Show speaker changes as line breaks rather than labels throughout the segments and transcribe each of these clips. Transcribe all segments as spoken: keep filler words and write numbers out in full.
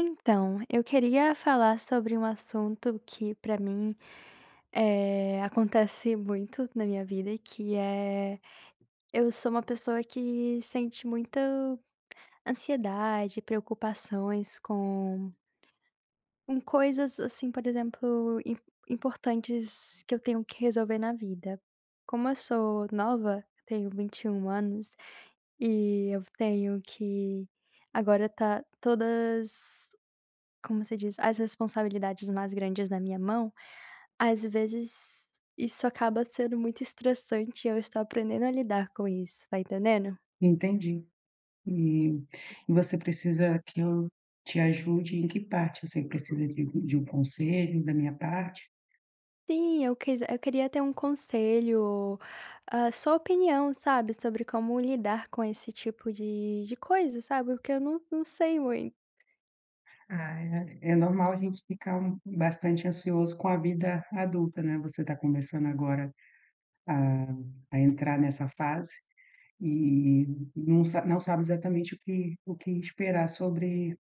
Então, eu queria falar sobre um assunto que, para mim, eh, acontece muito na minha vida, e que é, eu sou uma pessoa que sente muita ansiedade, preocupações com, com coisas assim, por exemplo, im- importantes, que eu tenho que resolver na vida. Como eu sou nova, tenho vinte e um anos, e eu tenho que, agora tá todas, como se diz? As responsabilidades mais grandes na minha mão. Às vezes isso acaba sendo muito estressante e eu estou aprendendo a lidar com isso, tá entendendo?
Entendi. E você precisa que eu te ajude em que parte? Você precisa de de um conselho da minha parte?
Sim, eu quis eu queria ter um conselho, ou ah, sua opinião, sabe, sobre como lidar com esse tipo de de coisa, sabe, porque eu não não sei muito.
Ah, é é normal a gente ficar um bastante ansioso com a vida adulta, né? Você está começando agora a a entrar nessa fase e não sa não sabe exatamente o que o que esperar sobre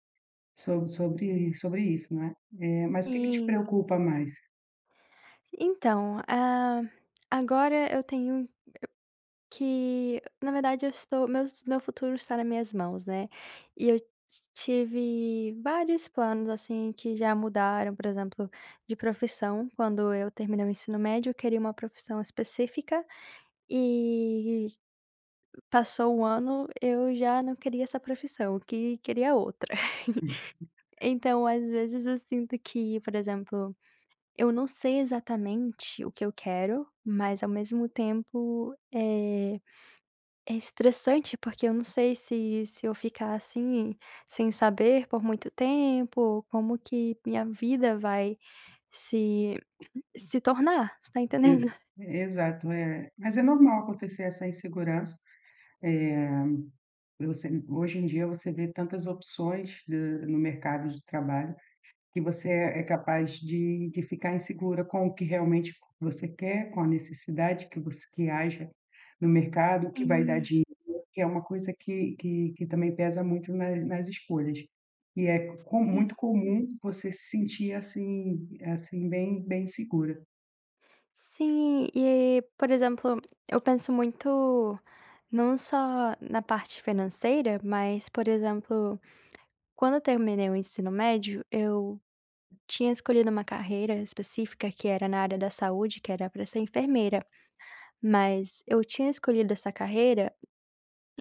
sobre sobre sobre isso, né? é. Eh, mas o que que te
Sim.
preocupa mais?
Então, ah, agora eu tenho que, na verdade, eu estou meu meu futuro está nas minhas mãos, né. E eu tive vários planos, assim, que já mudaram, por exemplo, de profissão. Quando eu terminei o ensino médio, eu queria uma profissão específica e passou um ano, eu já não queria essa profissão, eu que queria outra. Então, às vezes, eu sinto que, por exemplo, eu não sei exatamente o que eu quero, mas, ao mesmo tempo, eh é estressante, porque eu não sei se se eu ficar assim, sem saber por muito tempo, como que minha vida vai se se tornar. Você tá
E
entendendo?
Exato, é. Mas é normal acontecer essa insegurança. Eh, Você hoje em dia você vê tantas opções de no mercado de trabalho, que você é é capaz de de ficar insegura com o que realmente você quer, com a necessidade que você que haja no mercado, o que vai dar
E
dinheiro, que é uma coisa que que que também pesa muito na nas escolhas. E é co
e
muito comum você se sentir assim assim, bem bem insegura.
sim, e, por exemplo, eu penso muito não só na parte financeira, mas, por exemplo, quando eu terminei o ensino médio, eu tinha escolhido uma carreira específica que era na área da saúde, que era para ser enfermeira, mas eu tinha escolhido essa carreira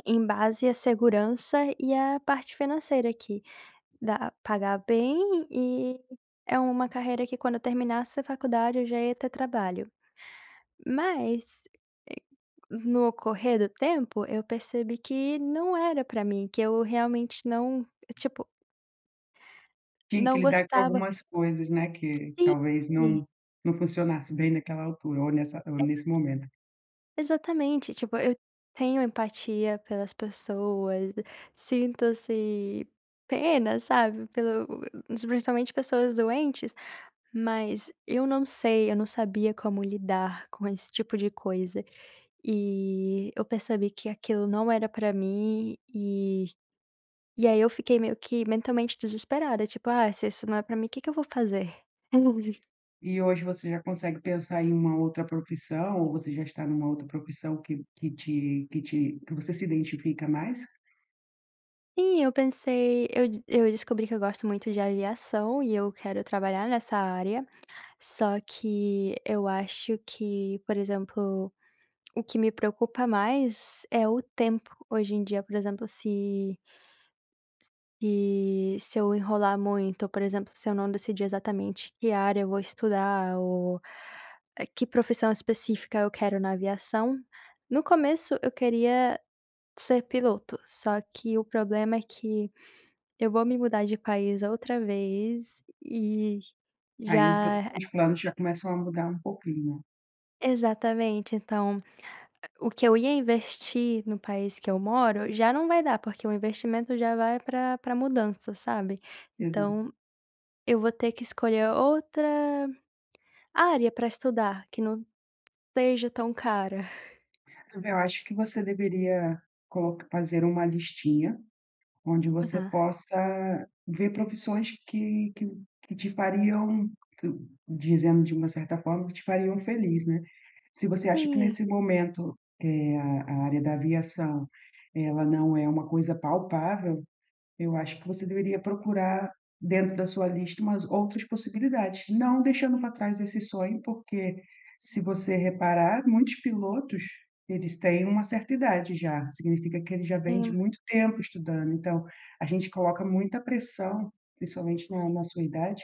em base à segurança e à parte financeira. Aqui dá pagar bem, e é uma carreira que, quando eu terminasse a faculdade, eu já ia ter trabalho. Mas, eh, no correr do tempo, eu percebi que não era pra mim, que eu realmente não, tipo,
Tinha que
não
lidar com
gostava.
algumas coisas, né, que talvez
Sim,
não não funcionasse bem naquela altura ou nessa ou
é-
nesse momento.
exatamente, tipo, eu tenho empatia pelas pessoas, sinto, se pena, sabe, pelo principalmente pessoas doentes. Mas eu não sei, eu não sabia como lidar com esse tipo de coisa. E eu percebi que aquilo não era pra mim, e e aí eu fiquei meio que mentalmente desesperada, tipo: "Ah, se isso não é pra mim, o que que eu vou fazer?".
E hoje você já consegue pensar em uma outra profissão ou você já está numa outra profissão que que te que te que você se identifica mais?
Sim, eu pensei eu d eu descobri que eu gosto muito de aviação e eu quero trabalhar nessa área, só que eu acho que, por exemplo, o que me preocupa mais é o tempo hoje em dia. Por exemplo, se e se eu enrolar muito, por exemplo, se eu não decidir exatamente que área eu vou estudar, ou eh, que profissão específica eu quero na aviação. No começo eu queria ser piloto, só que o problema é que eu vou me mudar de país outra vez. e
Aí o po
já
os planos já começam a mudar um pouquinho, né.
exatamente, então o que eu ia investir no país que eu moro já não vai dar, porque o investimento já vai para para mudança, sabe.
Exato.
Então eu vou ter que escolher outra área para estudar, que não esteja tão cara.
Eu acho que você deveria coloca fazer uma listinha onde você
Aham.
possa ver profissões que que que te fariam, tu dizendo de uma certa forma, que te fariam feliz, né. Se você acha que
Sim,
nesse momento, eh, a a área da aviação, ela não é uma coisa palpável, eu acho que você deveria procurar, dentro da sua lista, umas outras possibilidades, não deixando para trás esse sonho, porque se você reparar, muitos pilotos, eles têm uma certa idade já, significa que ele já vem de
sim.
muito tempo estudando. Então a gente coloca muita pressão, principalmente na na sua idade,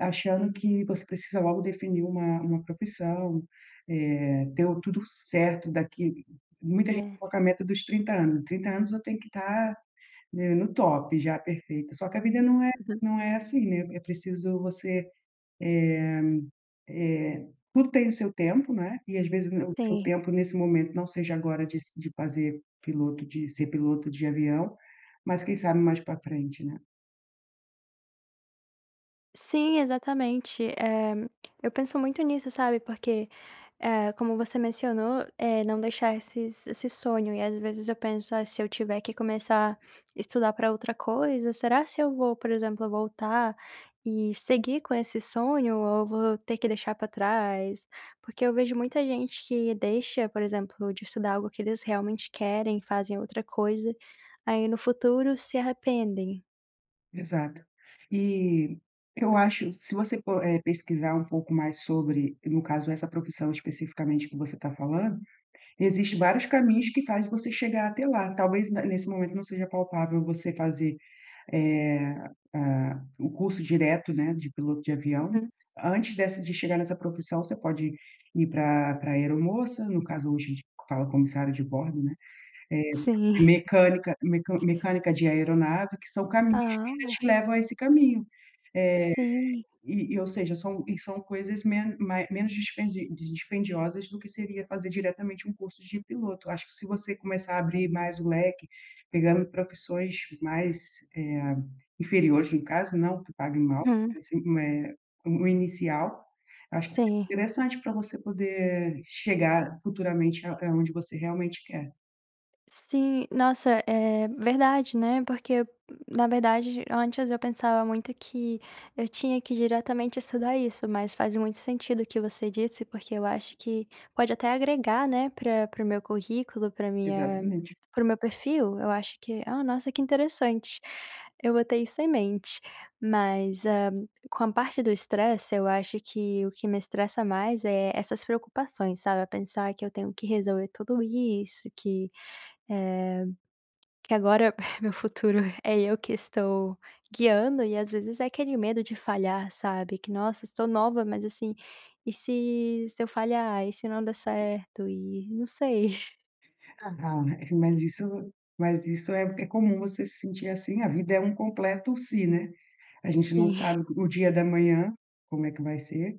achando que você precisa logo definir uma uma profissão, eh, ter o tudo certo daqui. Muita gente
É.
coloca a meta dos trinta anos, trinta anos eu tenho que estar, né, no top já, perfeita. Só que a vida não é
Uhum.
não é assim, né, é preciso você, eh, tudo tem o seu tempo, né, e às vezes o seu
Sim.
tempo nesse momento não seja agora de se de fazer piloto de ser piloto de avião, mas quem sabe mais para frente, né.
Sim, exatamente. Eh, eu penso muito nisso, sabe, porque, é, como você mencionou, eh, não deixar esses esse sonho. E às vezes eu penso: "Ah, se eu tiver que começar a estudar para outra coisa, será se eu vou, por exemplo, voltar e seguir com esse sonho, ou eu vou ter que deixar para trás?". Porque eu vejo muita gente que deixa, por exemplo, de estudar algo que eles realmente querem, fazem outra coisa, aí no futuro se arrependem.
Exato. E eu acho, se você for, eh, pesquisar um pouco mais sobre, no caso essa profissão especificamente que você está falando, existem vários caminhos que faz você chegar até lá. Talvez ne nesse momento não seja palpável você fazer, eh, a o curso direto, né, de piloto de avião.
Uhum.
Antes dessa de chegar nessa profissão, você pode ir para para aeromoça, no caso hoje a gente fala comissário de bordo, né,
Sim.
mecânica meca mecânica de aeronave, que são caminhos que
Ah,
ainda te levam a esse caminho. Eh
sim.
e e ou seja, são e são coisas men mai menos dispendi dispendiosas do que seria fazer diretamente um curso de piloto. Acho que se você começar a abrir mais o leque, pegando profissões mais, eh, inferiores, no caso, não que paguem mal,
Uhum.
esse eh, o inicial, acho que seria
Sim.
interessante para você poder chegar futuramente a aonde você realmente quer.
Sim, nossa, é verdade, né? Porque, na verdade, antes eu pensava muito que eu tinha que diretamente estudar isso, mas faz muito sentido o que você disse, porque eu acho que pode até agregar, né, para o meu currículo, para minha,
Exatamente.
para o meu perfil. Eu acho que, ah, nossa, que interessante. Eu botei isso em mente. Mas, ah, com a parte do estresse, eu acho que o que me estressa mais é essas preocupações, sabe? Pensar que eu tenho que resolver tudo isso, que eh, que agora meu futuro é eu que estou guiando, e às vezes é aquele medo de falhar, sabe, que nossa, estou nova, mas assim, e se se eu falhar? E se não der certo? E não sei.
Aham, é, mas isso, mas isso é é comum você se sentir assim, a vida é um completo si, né. A gente não
Sim.
sabe o dia da manhã, como é que vai ser.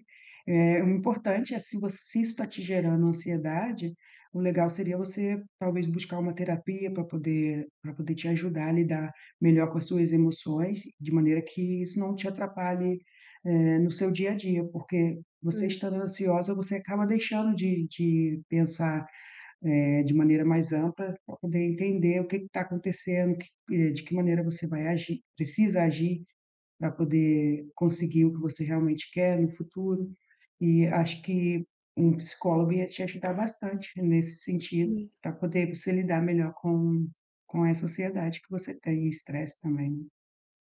Eh, o importante é, se você, se isso está te gerando ansiedade, o legal seria você talvez buscar uma terapia para poder, para poder te ajudar a lidar melhor com as suas emoções, de maneira que isso não te atrapalhe, eh, no seu dia a dia, porque você
Hum.
estando ansiosa, você acaba deixando de de pensar, eh, de maneira mais ampla, para poder entender o que está acontecendo, que- é, de que maneira você vai agir, precisa agir para poder conseguir o que você realmente quer no futuro. E acho que um psicólogo ia te ajudar bastante nesse sentido,
Sim.
para poder você lidar melhor com, com essa ansiedade que você tem, e estresse também.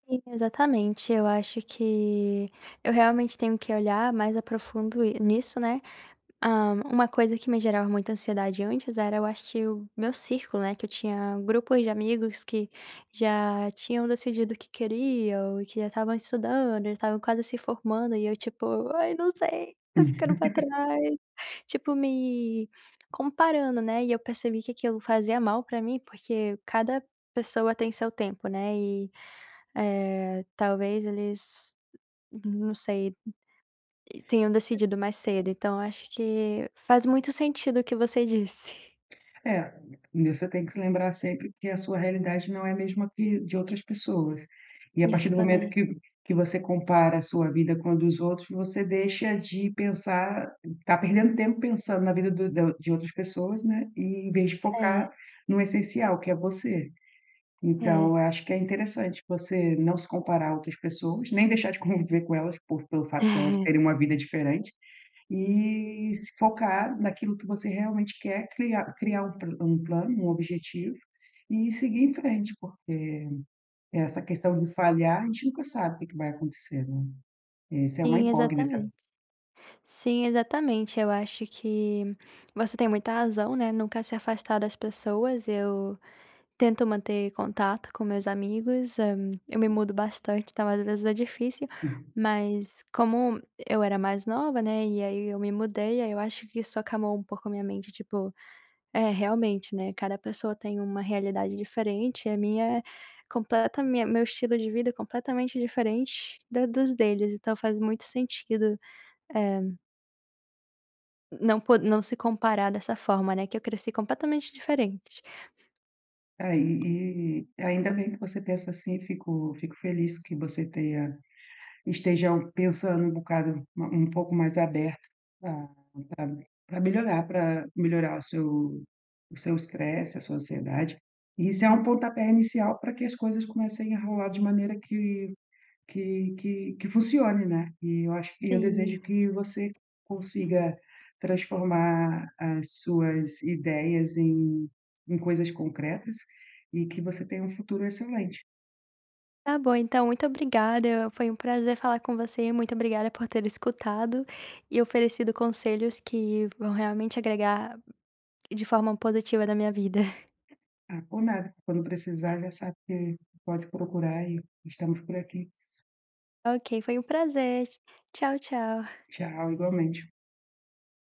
Sim, exatamente, eu acho que eu realmente tenho que olhar mais a profundo, i nisso, né. Ah, uma coisa que me gerava muita ansiedade antes era, eu acho que o meu círculo, né, que eu tinha grupos de amigos que já tinham decidido o que queriam, e que já estavam estudando, já estavam quase se formando, e eu, tipo: "Ai, não sei, tô ficando
Né?
pra trás". Tipo, me comparando, né, e eu percebi que aquilo fazia mal pra mim, porque cada pessoa tem seu tempo, né, e eh, talvez eles, não sei, tenham decidido mais cedo. Então acho que faz muito sentido o que você disse.
É, você tem que se lembrar sempre que a sua realidade não é a mesma que de outras pessoas. E a partir
Isso
do momento
também.
que que você compara a sua vida com a dos outros, você deixa de pensar, está perdendo tempo pensando na vida do da de outras pessoas, né, e em vez de
É,
focar no essencial, que é você. Então,
é.
eu acho que é interessante você não se comparar a outras pessoas, nem deixar de conviver com elas por pelo fato delas terem uma vida diferente, e se focar naquilo que você realmente quer, criar criar um pla um plano, um objetivo e seguir em frente, porque essa questão de falhar, a gente nunca sabe o que que vai acontecer, né. Essa é uma
Sim,
incógnita.
exatamente. Sim, exatamente. Eu acho que você tem muita razão, né, nunca se afastar das pessoas. Eu tento manter contato com meus amigos, hã, eu me mudo bastante, então às vezes é difícil, mas como eu era mais nova, né, e aí eu me mudei, aí eu acho que isso acalmou um pouco a minha mente. Tipo, é, realmente, né, cada pessoa tem uma realidade diferente, e a minha é completa minha meu estilo de vida é completamente diferente da dos deles, então faz muito sentido, eh, não po não se comparar dessa forma, né, que eu cresci completamente diferente.
É, e e ainda bem que você pensa assim, fico fico feliz que você tenha esteja pensando um bocado, um um pouco mais aberto, para melhorar, para melhorar o seu, o seu estresse, a sua ansiedade. E isso é um
Hum.
pontapé inicial para que as coisas comecem a rolar de maneira que que que que funcione, né. E eu acho e eu
Sim.
desejo que você consiga transformar as suas ideias em em coisas concretas e que você tenha um futuro excelente.
Tá bom, então, muito obrigada, foi um prazer falar com você, muito obrigada por ter escutado e oferecido conselhos que vão realmente agregar de forma positiva na minha vida.
Ah, por nada, quando precisar já sabe que pode procurar e estamos por aqui.
Ok, foi um prazer. Tchau, tchau.
Tchau, igualmente.